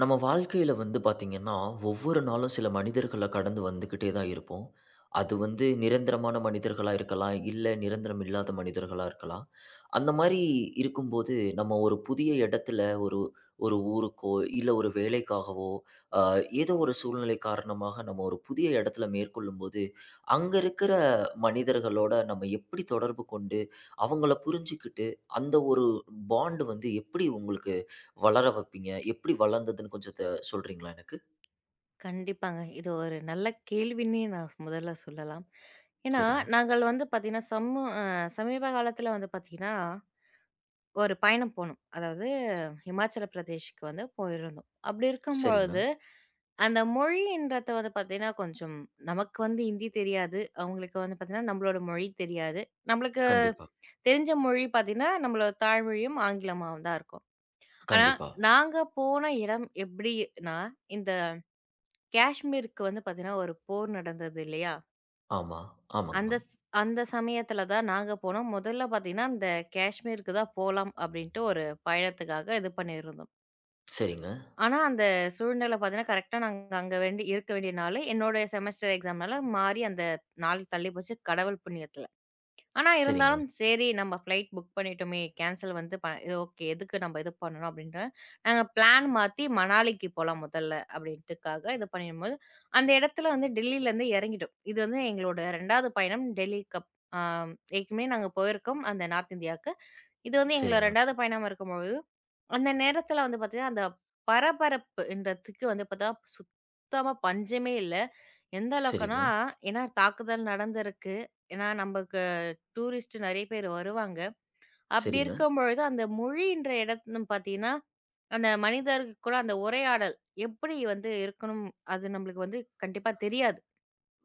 நம்ம வாழ்க்கையில வந்து பார்த்தீங்கன்னா, ஒவ்வொரு நாளும் சில மனிதர்கள கடந்து வந்துகிட்டே தான் இருப்போம். அது வந்து நிரந்தரமான மனிதர்களா இருக்கலாம், இல்ல நிரந்தரம் இல்லாத மனிதர்களா இருக்கலாம். அந்த மாரி இருக்கும்போது, நம்ம ஒரு புதிய இடத்துல ஒரு ஒரு ஊருக்கோ, இல்ல ஒரு வேலைக்காகவோ, அ ஏதோ ஒரு சூழ்நிலை காரணமாக நம்ம ஒரு புதிய இடத்துல மேற்கொள்ளும்போது, அங்க இருக்கிற மனிதர்களோட நம்ம எப்படி தொடர்பு கொண்டு, அவங்கள புரிஞ்சுக்கிட்டு, அந்த ஒரு பாண்ட் வந்து எப்படி உங்களுக்கு வளர வைப்பீங்க? எப்படி வளர்ந்ததுன்னு கொஞ்சம் சொல்றீங்களா எனக்கு? கண்டிப்பாங்க. இது ஒரு நல்ல கேள்வின்னே நான் முதல்ல சொல்லலாம். ஏன்னா, சரிங்க. நாங்கள் வந்து பார்த்தீங்கன்னா, சம்மு அ சமீப காலத்தில வந்து பார்த்தீங்கன்னா, ஒரு பயணம் போனோம். அதாவது ஹிமாச்சல பிரதேஷ்க்கு வந்து போயிருந்தோம். அப்படி சரிங்க. இருக்கும்பொழுது, அந்த மொழின்றத வந்து பார்த்தீங்கன்னா, கொஞ்சம் நமக்கு வந்து ஹிந்தி தெரியாது. அவங்களுக்கு வந்து பார்த்தீங்கன்னா, நம்மளோட மொழி தெரியாது. நம்மளுக்கு கண்டிப்பா, தெரிஞ்ச மொழி பார்த்தீங்கன்னா, நம்மளோட தாய்மொழியும் ஆங்கிலமாவும் தான் இருக்கும். ஆனா, கண்டிப்பா. நாங்க போன இடம் எப்படின்னா, இந்த காஷ்மீருக்கு வந்து பார்த்தீங்கன்னா, ஒரு போர் நடந்தது இல்லையா? ஆமா. ஆமாங்க அந்த மேம். ஸ் அந்த சமயத்தில தான் நாங்க போனோம். முதல்ல பார்த்தீங்கன்னா, அந்த காஷ்மீருக்கு தான் போலாம் அப்படின்ட்டு ஒரு பயணத்துக்காக இது பண்ணியிருந்தோம். சரிங்க, ஆனா, அந்த சூழ்நிலை பார்த்தீங்கன்னா, கரெக்ட்டா நாங்க அங்க வேண்டி இருக்க வேண்டிய நாளு, என்னோட செமஸ்டர் எக்ஸாம்னால மாறி அந்த நாள் தள்ளி போச்சு கடவுள் புண்ணியத்தில. ஆனா சரிங்க, இருந்தாலும் சரி நம்ம ஃப்ளைட் புக் பண்ணிட்டோமே! கேன்சல் வந்து ப இது ஓகே. எதுக்கு நம்ம இது பண்ணணும் அப்டின்ட்டு, நாங்க பிளான் மாத்தி மணாலிக்கு போலாம் முதல்ல அப்டின்ட்டுக்காக இது பண்ணிடும்போது, அந்த இடத்துல வந்து டெல்லிலருந்து இறங்கிட்டோம். இது வந்து எங்களோட 2வது பயணம் டெல்லிக்கு அப் ஆ ஏற்கனவே நாங்க போயிருக்கோம் அந்த நார்த் இந்தியாவுக்கு. இது வந்து எங்களோட சரிங்க, 2வது பயணமா இருக்கும்பொழுது, அந்த நேரத்துல வந்து பார்த்தீங்கன்னா, அந்த பரபரப்புன்றதுக்கு வந்து பார்த்தா சுத்தமா பஞ்சமே இல்ல. எந்த அளவுக்குன்னா, சரிங்க, ஏன்னா தாக்குதல் நடந்திருக்கு. ஏன்னா, நமக்கு டூரிஸ்ட் நெறைய பேர் வருவாங்க. அப்படி சரிங்க. இருக்கும்பொழுது, அந்த மொழின்ற இடத்துன்னு பார்த்தீங்கன்னா, அந்த மனிதருக்கு கூட அந்த உரையாடல் எப்படி வந்து இருக்கணும், அது நம்மளுக்கு வந்து கண்டிப்பா தெரியாது.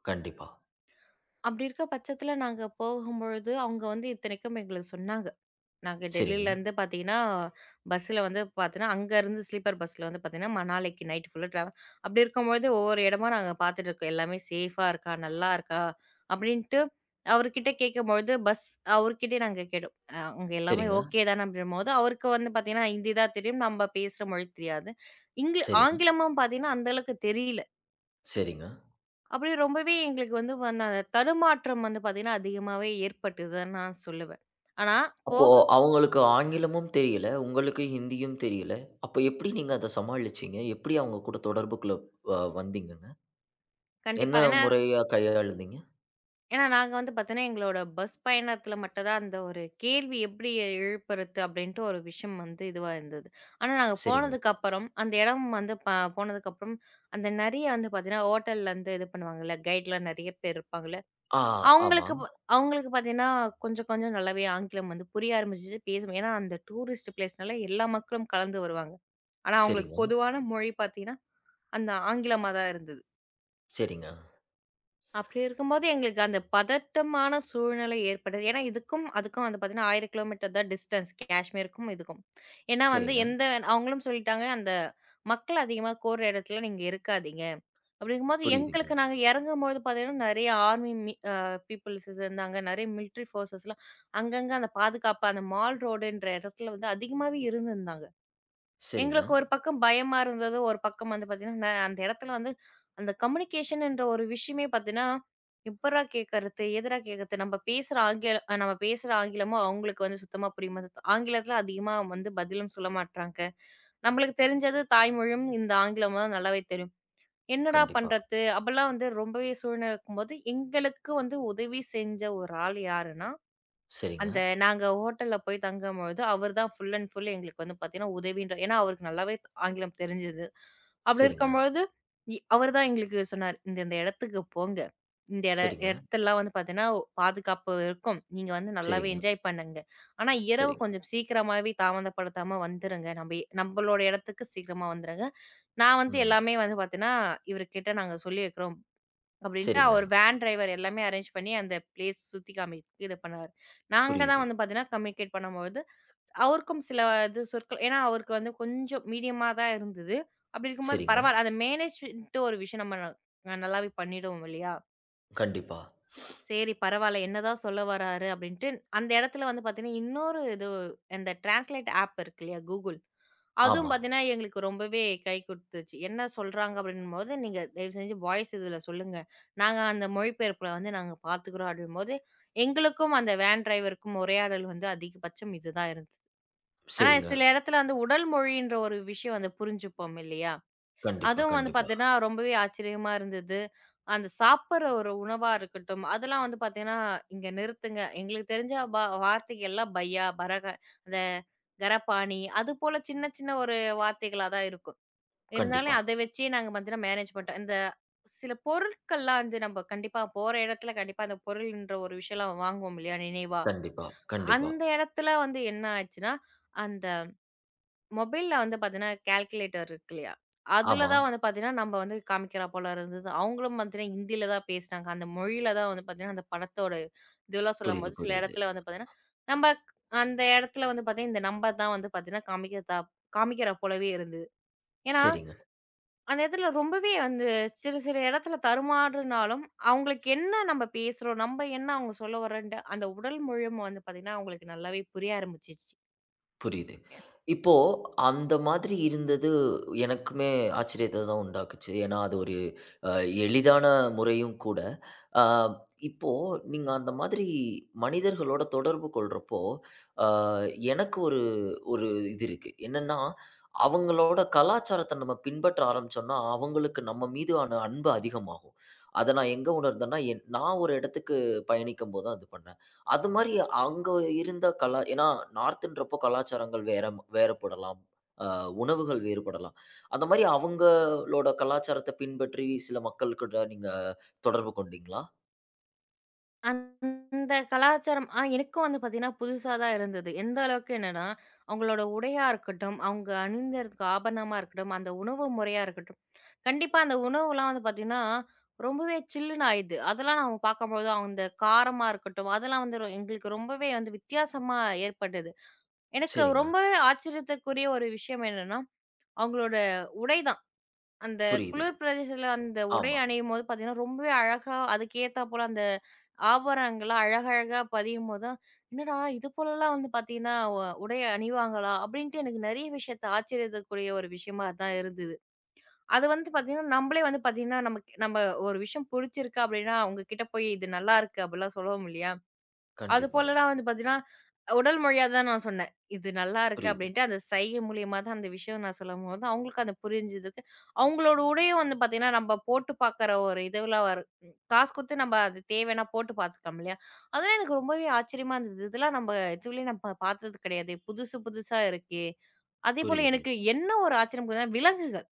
கண்டிப்பா. அப்படி இருக்க பட்சத்தில நாங்க போகும்பொழுது, அவங்க வந்து இத்தனைக்கும் எங்களுக்கு சொன்னாங்க. நாங்க சரிங்க, டெல்லியிலேருந்து பார்த்தீங்கன்னா, பஸ்ஸில வந்து பார்த்தீங்கன்னா, அங்கருந்து ஸ்லீப்பர் பஸ்ல வந்து பார்த்தீங்கன்னா, மணாலிக்கு நைட் ஃபுல்லா ட்ராவல். அப்படி இருக்கும்போது ஒவ்வொரு இடமா நாங்க பார்த்துட்டு இருக்கோம். எல்லாமே சேஃபா இருக்கா? நல்லா இருக்கா? அப்படின்ட்டு அவர்கிட்ட கேட்கும்பொழுது அவர்கிட்டயே நாங்க கேட்டோம். அங்க எல்லாமே சரிங்க, ஓகே தானே அப்படின்னும்போது, அவருக்கு வந்து பார்த்தீங்கன்னா, ஹிந்தி தான் தெரியும். நம்ம பேசுற மொழி தெரியாது. சரிங்க, ஆங்கிலமும் பார்த்தீங்கன்னா, அந்த அளவுக்கு தெரியல. சரிங்க. அப்படி ரொம்பவே எங்களுக்கு வந்து வந்த அந்த தடுமாற்றம் வந்து பார்த்தீங்கன்னா, அதிகமாவே ஏற்பட்டுதுன்னு நான் சொல்லுவேன். ஆனா அப்போ போக அவங்களுக்கு ஆங்கிலமும் தெரியல, உங்களுக்கு ஹிந்தியும் தெரியல. அப்ப எப்படி நீங்க அத சமாளிச்சீங்க? எப்படி அவங்க கூட தொடர்புக்குள்ள வந்தீங்கங்க? என்ன கண்டிப்பா. ஏன்னா முறையா கையாளுந்தீங்க? ஏன்னா, நாங்க வந்து பார்த்தோன்னா, எங்களோட பஸ் பயணத்தில மட்டும் தான் அந்த ஒரு கேள்வி எப்படி எழுப்புறது அப்படின்ட்டு ஒரு விஷயம் வந்து இதுவா இருந்தது. ஆனா, நாங்க சரிங்க. போனதுக்கப்புறம் அந்த இடம் வந்து போனதுக்கப்புறம் அந்த நெறைய வந்து பார்த்தீங்கன்னா, ஹோட்டல்லருந்து இது பண்ணுவாங்கல்ல, கைட்லாம் நெறைய பேர் இருப்பாங்கல்ல. ஆ ஆமா. அவங்களுக்கு ப அவங்களுக்கு பார்த்தீங்கன்னா, கொஞ்சம் கொஞ்சம் நல்லாவே ஆங்கிலம் வந்து புரிய ஆரம்பிச்சுச்சு, பேசும். ஏன்னா, அந்த டூரிஸ்ட் பிளேஸ்னால எல்லா மக்களும் கலந்து வருவாங்க. ஆனா, அவங்களுக்கு சரிங்க, பொதுவான மொழி பார்த்தீங்கன்னா, அந்த ஆங்கிலமா தான் இருந்தது. சரிங்க, அப்படி இருக்கும்போது எங்களுக்கு அந்த பதட்டமான சூழ்நிலை ஏற்படுது. ஏன்னா, இதுக்கும் அதுக்கும் வந்து பார்த்தீங்கன்னா, 1000 கிலோமீட்டர் தான் டிஸ்டன்ஸ் காஷ்மீருக்கும் இதுக்கும். ஏன்னா வந்து சரிங்க. எந்த அவங்களும் சொல்லிட்டாங்க, "அந்த மக்கள் அதிகமா கூடுற இடத்துல நீங்க இருக்காதீங்க." அப்படிங்கும்போது புரியுதுங்க. எங்களுக்கு நாங்க இறங்கும்போது பார்த்தீங்கன்னா, நெறைய ஆர்மி மி அ பீப்பிள்ஸ் இருந்தாங்க. நெறைய மிலிட்டரி ஃபோர்ஸஸ்லாம் அங்கங்க அந்த பாதுகாப்பு அந்த மால் ரோடுன்ற இடத்துல வந்து அதிகமாவே இருந்திருந்தாங்க. சரிங்க. எங்களுக்கு ஒரு பக்கம் பயமா இருந்தது. ஒரு பக்கம் வந்து பார்த்தீங்கன்னா, அந்த இடத்துல வந்து அந்த கம்யூனிகேஷன்ன்ற ஒரு விஷயமே பார்த்தீங்கன்னா, எப்புட்றா கேட்கறது? எதுடா கேட்கறது? நம்ம பேசுற ஆங்கிலமும் அவங்களுக்கு வந்து சுத்தமா புரிய மாட்டேங்குது. ஆங்கிலத்தில அதிகமா வந்து பதிலும் சொல்ல மாட்றாங்க. நம்மளுக்கு தெரிஞ்சது தாய்மொழியும் இந்த ஆங்கிலமும் தான் நல்லாவே தெரியும். என்னடா கண்டிப்பா. பண்றது? அப்பலாம் வந்து ரொம்பவே சூழ்நிலை இருக்கும்போது, எங்களுக்கு வந்து உதவி செஞ்ச ஒரு ஆள் யாருன்னா, சரிங்க, அந்த நாங்க ஹோட்டல்ல போய் தங்கும்பொழுது, அவர் தான் ஃபுல் அண்ட் ஃபுல் எங்களுக்கு வந்து பார்த்தீங்கன்னா, உதவின்ற ஏன்னா அவருக்கு நல்லாவே ஆங்கிலம் தெரிஞ்சது. அப்படி சரிங்க, இருக்கும்பொழுது, அவர் தான் எங்களுக்கு சொன்னாரு. "இந்த இந்த இடத்துக்கு போங்க. இந்த சரிங்க, இடத்தெல்லாம் வந்து பார்த்தீங்கன்னா, பாதுகாப்பு இருக்கும். நீங்க வந்து நல்லாவே சரிங்க, என்ஜாய் பண்ணுங்க. ஆனா இரவு சரிங்க. கொஞ்சம் சீக்கிரமாவே தாமதப்படுத்தாம வந்துருங்க. நம்பளோட இடத்துக்கு சீக்கிரமா வந்துருங்க. நான் வந்து ம். எல்லாமே வந்து பார்த்தீங்கன்னா, இவருகிட்ட நாங்க சொல்லி வைக்கிறோம்." அப்படின்ட்டு சரிங்க. அவர் வேன் டிரைவர் எல்லாமே அரேஞ்ச் பண்ணி அந்த பிளேஸ் சுத்தி காமிக்க இது பண்ணாரு. நாங்க புரியுது. தான் வந்து பார்த்தீங்கன்னா, கம்யூனிகேட் பண்ணும்பொழுது, அவருக்கும் சில இது சொற்கள் ஏன்னா அவருக்கு வந்து கொஞ்சம் மீடியமா தான் இருந்தது. அப்படி இருக்கும்போது சரிங்க. பரவால்ல. அந்த மேனேஜ்மென்ட்டு ஒரு விஷயம் நம்ம நல்லாவே பண்ணிடுவோம் இல்லையா? கண்டிப்பா. சரி பரவால்ல. என்னதான் சொல்ல வராரு அப்படின்ட்டு, அந்த இடத்துல வந்து பார்த்தீங்கன்னா, இன்னொரு இது இந்த டிரான்ஸ்லேட் ஆப் இருக்கு இல்லையா Google. அதுவும் ஆமா. பார்த்தீங்கன்னா, எங்களுக்கு ரொம்பவே கை குடுத்துச்சு. என்ன சொல்றாங்க அப்படின்னும்போது, "நீங்க தயவு செஞ்சு வாய்ஸ் இதுல சொல்லுங்க. நாங்க அந்த மொழிபெயர்ப்புல வந்து நாங்க பார்த்துக்கிறோம்." அப்படிங்கும்போது, எங்களுக்கும் அந்த வேன் டிரைவருக்கும் உரையாடல் வந்து அதிகபட்சம் இதுதான் இருந்தது. ஆனா, சரிங்க. சில இடத்துல வந்து உடல் மொழின்ற ஒரு விஷயம் வந்து புரிஞ்சுப்போம் இல்லையா? கண்டிப்பா, அதுவும் வந்து கண்டிப்பா, பார்த்தீங்கன்னா, ரொம்பவே ஆச்சரியமா இருந்தது. அந்த சாப்பிடுற ஒரு உணவா இருக்கட்டும், அதெல்லாம் வந்து பார்த்தீங்கன்னா, "இங்க நிறுத்துங்க. எங்களுக்கு தெரிஞ்ச வார்த்தைகள் எல்லாம் பையா, பரக அந்த கரபாணி" அதுபோல சின்ன சின்ன ஒரு வார்த்தைகளா தான் இருக்கும். கண்டிப்பா, இருந்தாலும் அதை வச்சே நாங்க பார்த்தீங்கன்னா மேனேஜ் பண்ணிட்டோம். இந்த சில பொருட்கள்லாம் வந்து நம்ம கண்டிப்பா போற இடத்துல கண்டிப்பா அந்த பொருள்ன்ற ஒரு விஷயம்லாம் வாங்குவோம் இல்லையா? நினைவா. கண்டிப்பா, கண்டிப்பா. அந்த இடத்துல வந்து என்ன ஆச்சுன்னா, அந்த மொபைல்ல வந்து பார்த்தீங்கன்னா, கால்குலேட்டர் இருக்கு இல்லையா? அதுல ஆமா. தான் வந்து பார்த்தீங்கன்னா, நம்ம வந்து காமிக்கிறா போல இருந்தது. அவங்களும் பார்த்தீங்கன்னா, ஹிந்தியில தான் பேசினாங்க. அந்த மொழியில தான் வந்து பார்த்தீங்கன்னா, அந்த படத்தோட இதுவெல்லாம் புரியுது, சொல்லும்போது, சில புரியுது. இடத்துல வந்து பார்த்தீங்கன்னா, நம்ம அந்த இடத்துல வந்து பார்த்தீங்கன்னா, இந்த நம்பர் தான் வந்து பார்த்தீங்கன்னா, காமிக்கிறா போலவே இருந்தது. ஏன்னா, சரிங்க. அந்த இடத்துல ரொம்பவே வந்து சில சில இடத்துல தடுமாறுனாலும், அவங்களுக்கு என்ன நம்ம பேசுறோம், நம்ம என்ன அவங்க சொல்ல வரோன்ட்டு அந்த உடல் மொழியும் வந்து பார்த்தீங்கன்னா, அவங்களுக்கு நல்லாவே புரிய ஆரம்பிச்சுச்சு. புரியுது. இப்போ அந்த மாதிரி இருந்தது எனக்குமே ஆச்சரியத்த தான் உண்டாக்குச்சு. ஏன்னா அது ஒரு அ எளிதான முறையும் கூட. அ இப்போ நீங்க அந்த மாதிரி மனிதர்களோட தொடர்பு கொள்றப்போ, அ எனக்கு ஒரு ஒரு இது இருக்கு. என்னன்னா, அவங்களோட கலாச்சாரத்த நம்ம பின்பற்ற ஆரம்பிச்சோம்னா, அவங்களுக்கு நம்ம மீதான அன்பு அதிகமாகும். அத நான் எங்க உணர்ந்தேன்னா, நான் ஒரு இடத்துக்கு பயணிக்கும்போது தான் அது பண்ணேன். அது மாரி அங்க இருந்த ஏன்னா நார்த்துன்றப்போ கலாச்சாரங்கள் வேறுபடலாம். அ உணவுகள் வேறுபடலாம். அந்த மாரி அவங்களோட கலாச்சாரத்த பின்பற்றி சில மக்கள் கூட நீங்க தொடர்பு கொண்டீங்களா? அந்த கலாச்சாரம் ஆ எனக்கும் வந்து பார்த்தீங்கன்னா, புதுசா தான் இருந்தது. எந்த அளவுக்கு என்னன்னா, அவங்களோட உடையா இருக்கட்டும், அவங்க அணிந்ததுக்கு ஆபரணமா இருக்கட்டும், அந்த உணவு முறையா இருக்கட்டும், கண்டிப்பா அந்த உணவுலாம் வந்து பார்த்தீங்கன்னா, ரொம்பவே சில்லுன்னு ஆயிடுது. அதெல்லாம் நம்ம பார்க்கும்போது அந்த காரமா இருக்கட்டும், அதெல்லாம் வந்து எங்களுக்கு ரொம்பவே வந்து வித்தியாசமா ஏற்பட்டது. எனக்கு சரிங்க. ரொம்பவே ஆச்சரியத்துக்குரிய ஒரு விஷயம் என்னன்னா, அவங்களோட உடை தான். அந்த புரியுது. குளிர் பிரதேசத்தில அந்த உடை ஆமா. அணியும்போது பார்த்தீங்கன்னா, ரொம்பவே அழகா அதுக்கு ஏத்தாப்போல அந்த ஆபரணங்களா அழகழகா பதியும்போது தான், "என்னடா இது போலலாம் வந்து பார்த்தீங்கன்னா, உடை அணிவாங்களா?" அப்படின்ட்டு எனக்கு நிறைய விஷயத்த ஆச்சரியத்தக்கூடிய ஒரு விஷயமா தான் இருந்தது. அது வந்து பார்த்தீங்கன்னா, நம்பளே வந்து பார்த்தீங்கன்னா, நமக்கு நம்ம ஒரு விஷயம் புடிச்சிருக்கு அப்படின்னா, அவங்க கிட்ட போய், "இது நல்லாருக்கு" அப்படிலாம் சொல்லுவோம் இல்லையா? அது கண்டிப்பா. போலலாம் வந்து பார்த்தீங்கன்னா, உடல் மொழியா தான் நான் சொன்னேன். இது நல்லாருக்கு புரியுது, அப்டின்ட்டு அந்த சைகை மூலியமா தான் அந்த விஷயம் நான் சொல்லும்போது, அவங்களுக்கு அது புரிஞ்சதுக்கு அவங்களோட உடையும் வந்து பார்த்தீங்கன்னா, நம்ம போட்டு பார்க்குற ஒரு இதுல வரும். காசு குடுத்து நம்ம அது தேவைன்னா போட்டு பார்த்துக்கலாம் இல்லையா? அதெல்லாம் எனக்கு ரொம்பவே ஆச்சரியமா இருந்தது. இதெல்லாம் நம்ம இதுவரையும் நம்ம பார்த்தது கிடையாதே! புதுசு புதுசா இருக்கே! அதேபோல புரியுது. எனக்கு என்ன ஒரு ஆச்சரியம் புரியுதுன்னா, விலங்குகள்.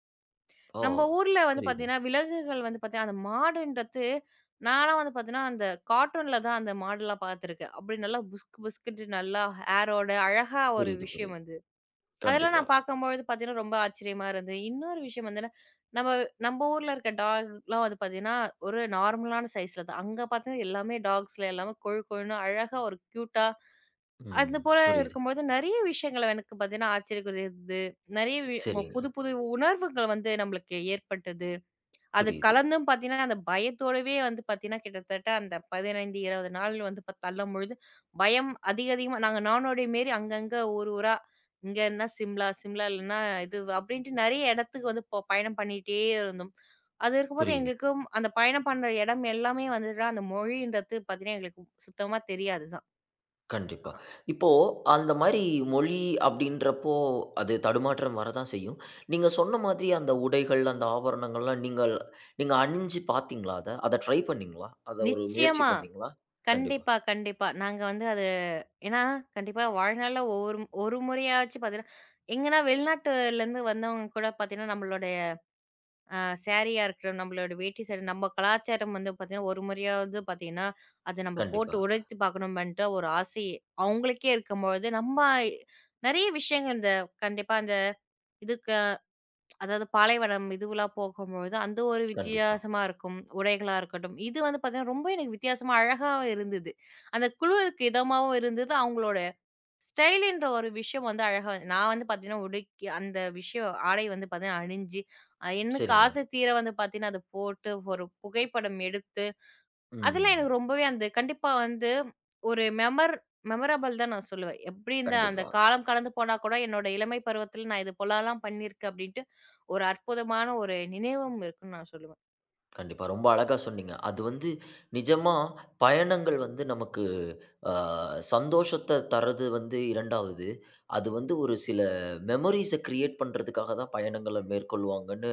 ஓ! நம்ம ஊர்ல வந்து புரியுதுங்க. பார்த்தீங்கன்னா, விலங்குகள் வந்து பார்த்தீங்கன்னா, அந்த மாடுன்றது நான்லாம் வந்து பார்த்தீங்கன்னா, அந்த கார்ட்டூன்ல தான் அந்த மாடுலாம் பார்த்துருக்கேன். அப்படி நல்லா புஸ்க் புஸ்குன்ட்டு நல்லா ஹேரோட அழகா ஒரு புரியுது, விஷயம் புரியுது. அது. அதெல்லாம் கண்டிப்பா. நான் பார்க்கும்பொழுது பார்த்தீங்கன்னா, ரொம்ப ஆச்சரியமா இருந்தது. இன்னொரு விஷயம் வந்துன்னா, நம்ம நம்ம ஊர்ல இருக்க டாக்லாம் வந்து பார்த்தீங்கன்னா, ஒரு நார்மலான சைஸ்ல தான். அங்க பார்த்தீங்கன்னா, எல்லாமே டாக்ஸ்ல எல்லாமே கொழு கொழுன்னு அழகா ஒரு கியூட்டா ம். அது போல புரியுது. இருக்கும்போது நெறைய விஷயங்கள் எனக்கு பார்த்தீங்கன்னா, ஆச்சரியக்குரியது. நெறைய வி ம சரிங்க. புது புது உணர்வுகள் வந்து நம்மளுக்கு ஏற்பட்டது. அது புரியுது, கலந்தும் பார்த்தீங்கன்னா, அந்த பயத்தோடவே வந்து பார்த்தீங்கன்னா, கிட்டத்தட்ட அந்த 15, 20 நாள் வந்து தள்ளும்பொழுது, பயம் அதிக அதிகமா நாங்க நானோடி மாரி அங்கங்க ஊர் ஊரா, இங்கன்னா சிம்லா, சிம்லா இல்லன்னா இது அப்படின்ட்டு நெறைய இடத்துக்கு வந்து பயணம் பண்ணிட்டே இருந்தோம். அது இருக்கும்போது புரியுது. எங்களுக்கும் அந்த பயணம் பண்ற இடம் எல்லாமே வந்துட்டுனா, அந்த மொழின்றது பார்த்தீங்கன்னா, எங்களுக்கு சுத்தமா தெரியாது தான். கண்டிப்பா. இப்போ அந்த மாரி மொழி அப்படின்றப்போ, அது தடுமாற்றம் வரதான் செய்யும். நீங்க சொன்ன மாதிரி அந்த உடைகள், அந்த ஆபரணங்கள்லாம் நீங்க அணிஞ்சு பார்த்தீங்களா அத? அத ட்ரை பண்ணீங்களா? அத ஒரு முயற்சி நிச்சயமா. பண்ணீங்களா? கண்டிப்பா, கண்டிப்பா, கண்டிப்பா. நாங்க வந்து அது ஏன்னா கண்டிப்பா வாழ்நாள்ல ஒவ்வொரு ஒரு முறையாச்சும் பார்த்தீங்கன்னா, எங்கன்னா வெளிநாட்டுலேருந்து வந்தவங்க கூட பார்த்தீங்கன்னா, நம்மளுடைய அ சாரியா இருக்கட்டும், நம்மளோட வேட்டி சாரி நம்ம கலாச்சாரம் வந்து பார்த்தீங்கன்னா, ஒரு முறையாவது பார்த்தீங்கன்னா, அத நம்ம போட்டு கண்டிப்பா, உடைத்து பார்க்கணுமேன்ற ஒரு ஆசை அவங்களுக்கே இருக்கும்பொழுது, நம்ம நிறைய விஷயங்கள் இந்த கண்டிப்பா அந்த இதுக்கு அதாவது பாலைவனம் இதுவெல்லாம் போகும்பொழுது, அந்த ஒரு கண்டிப்பா. வித்தியாசமா இருக்கும். உடைகளா இருக்கட்டும். இது வந்து பார்த்தீங்கன்னா, ரொம்ப எனக்கு வித்தியாசமா அழகாவும் இருந்தது. அந்த குழுவிற்கு இதமாவும் இருந்தது. அவங்களோட ஸ்டைல்ன்ற ஒரு விஷயம் வந்து அழகா வந்து- நான் வந்து பார்த்தீங்கன்னா, உடைக்கு அந்த விஷயம் ஆடை வந்து பார்த்தீங்கன்னா, அணிஞ்சு, எனக்கு சரிங்க. ஆசை தீர வந்து பார்த்தீங்கன்னா, அத போட்டு ஒரு புகைப்படம் எடுத்து அதெல்லாம் ம். எனக்கு ரொம்பவே அந்த கண்டிப்பா வந்து ஒரு மெமரபிள் தான் நான் சொல்லுவேன். எப்படி இந்த அந்த கண்டிப்பா. காலம் கடந்து போனா கூட என்னோட இளமை பருவத்தில நான் இது போலலாம் பண்ணியிருக்கேன் அப்படின்ட்டு, ஒரு அற்புதமான ஒரு நினைவும் இருக்குன்னு நான் சொல்லுவேன். கண்டிப்பா. ரொம்ப அழகா சொன்னீங்க. அது வந்து நிஜமா பயணங்கள் வந்து நமக்கு அ சந்தோஷத்த தர்றது வந்து 2வது. அது வந்து ஒரு சில மெமோரீஸ கிரியேட் பண்றதுக்காக தான் பயணங்கள மேற்கொள்வாங்கன்னு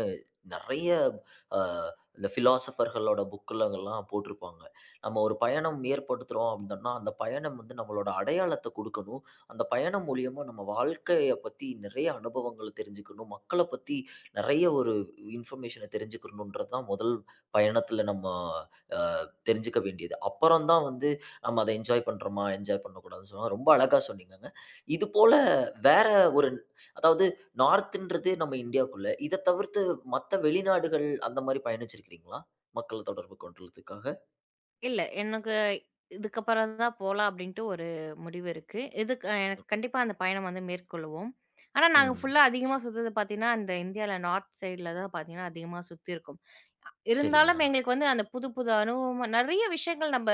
நெறைய அ இந்த பிலாசபர்களோட புக்குலலாம் போட்டிருப்பாங்க. நம்ம ஒரு பயணம் ஏற்படுத்துறோம் அப்படின்னா, அந்த பயணம் வந்து நம்மளோட அடையாளத்த குடுக்கணும். அந்த பயணம் மூலியமா நம்ம வாழ்க்கைய பத்தி நெறைய அனுபவங்கள தெரிஞ்சுக்கணும். மக்கள பத்தி நெறைய ஒரு இன்ஃபர்மேஷன தெரிஞ்சுக்கணும்ன்றது தான் முதல் பயணத்துல நம்ம அ தெரிஞ்சுக்க வேண்டியது. அப்புறம் தான் வந்து நம்ம அத என்ஜாய் பண்றோமா, என்ஜாய் பண்ணக்கூடாதுன்னு சொன்னா ரொம்ப அழகா சொன்னீங்கங்க. இது போல வேற ஒரு அதாவது நார்த்ன்றது நம்ம இந்தியாக்குள்ள. இத தவிர்த்து மத்த வெளிநாடுகள் அந்த மாரி பயணிச்சிருக்கிறீங்களா? மக்கள் தொடர்பு கொள்றதுக்காக? இல்ல எனக்கு இதுக்கப்புறம் தான் போலாம் அப்படின்ட்டு ஒரு முடிவு இருக்கு. இதுக்கு எனக்கு கண்டிப்பா அந்த பயணம் வந்து மேற்கொள்வோம். ஆனா நாங்க ம். ஃபுல்லா அதிகமா சுத்துறது பார்த்தீங்கன்னா, இந்த இந்தியால நார்த் சைட்ல தான் பார்த்தீங்கன்னா அதிகமா சுத்தியிருக்கோம். சரிங்க. இருந்தாலும் எங்களுக்கு வந்து அந்த புது புது அனுபவம் நெறைய விஷயங்கள் நம்ப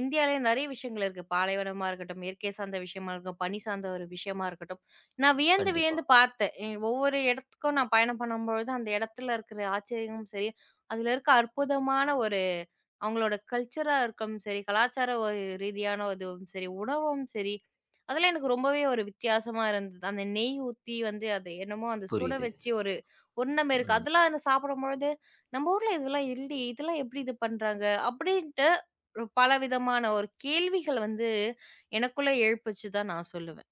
இந்தியாலயே நெறைய விஷயங்கள் இருக்கு. பாலைவனமா இருக்கட்டும், இயற்கை சார்ந்த விஷயமா இருக்கட்டும், பனி சார்ந்த ஒரு விஷயமா இருக்கட்டும். நான் வியந்து கண்டிப்பா. வியந்து பார்த்தேன். ஒவ்வொரு இடத்துக்கும் நான் பயணம் பண்ணும்பொழுது, அந்த இடத்துல இருக்கிற ஆச்சரியமும் சரி, அதுல இருக்க அற்புதமான ஒரு அவங்களோட கல்ச்சரா இருக்கவும் சரி, கலாச்சார ஒரு ரீதியான இதுவும் சரி, உணவும் சரி, அதெல்லாம் எனக்கு ரொம்பவே ஒரு வித்தியாசமா இருந்தது. அந்த நெய் ஊத்தி வந்து, அது என்னமோ அந்த சுட புரியுது. வச்சு ஒரு உருண்ட மாரி இருக்கு. ம். அதெல்லாம் நான் சாப்பிடும்பொழுது நம்ம ஊர்ல இதெல்லாம் இல்லையே! இதெல்லாம் எப்படி இது பண்றாங்க? அப்படின்ட்டு ஒரு பலவிதமான ஒரு கேள்விகள் வந்து எனக்குள்ள எழுப்புச்சு தான் நான் சொல்லுவேன்.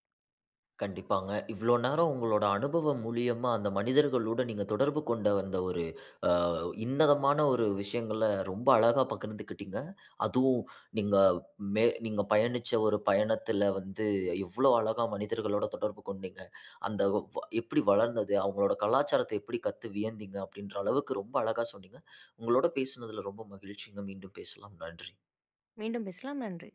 கண்டிப்பாங்க. இவ்ளோ நேரம் உங்களோட அனுபவம் மூலியமா அந்த மனிதர்களோட நீங்க தொடர்பு கொண்ட அந்த ஒரு அ உன்னதமான ஒரு விஷயங்கள ரொம்ப அழகா பகிர்ந்துக்கிட்டீங்க. அதுவும் நீங்க நீங்க பயணிச்ச ஒரு பயணத்துல வந்து எவ்ளோ அழகா மனிதர்களோட தொடர்பு கொண்டீங்க. அந்த எப்படி வளர்ந்தது, அவங்களோட கலாச்சாரத்த எப்படி கத்து வியந்தீங்க அப்படின்ற அளவுக்கு ரொம்ப அழகா சொன்னீங்க. உங்களோட பேசுனதுல ரொம்ப மகிழ்ச்சிங்க. மீண்டும் பேசலாம். நன்றி. மீண்டும் பேசலாம். நன்றி.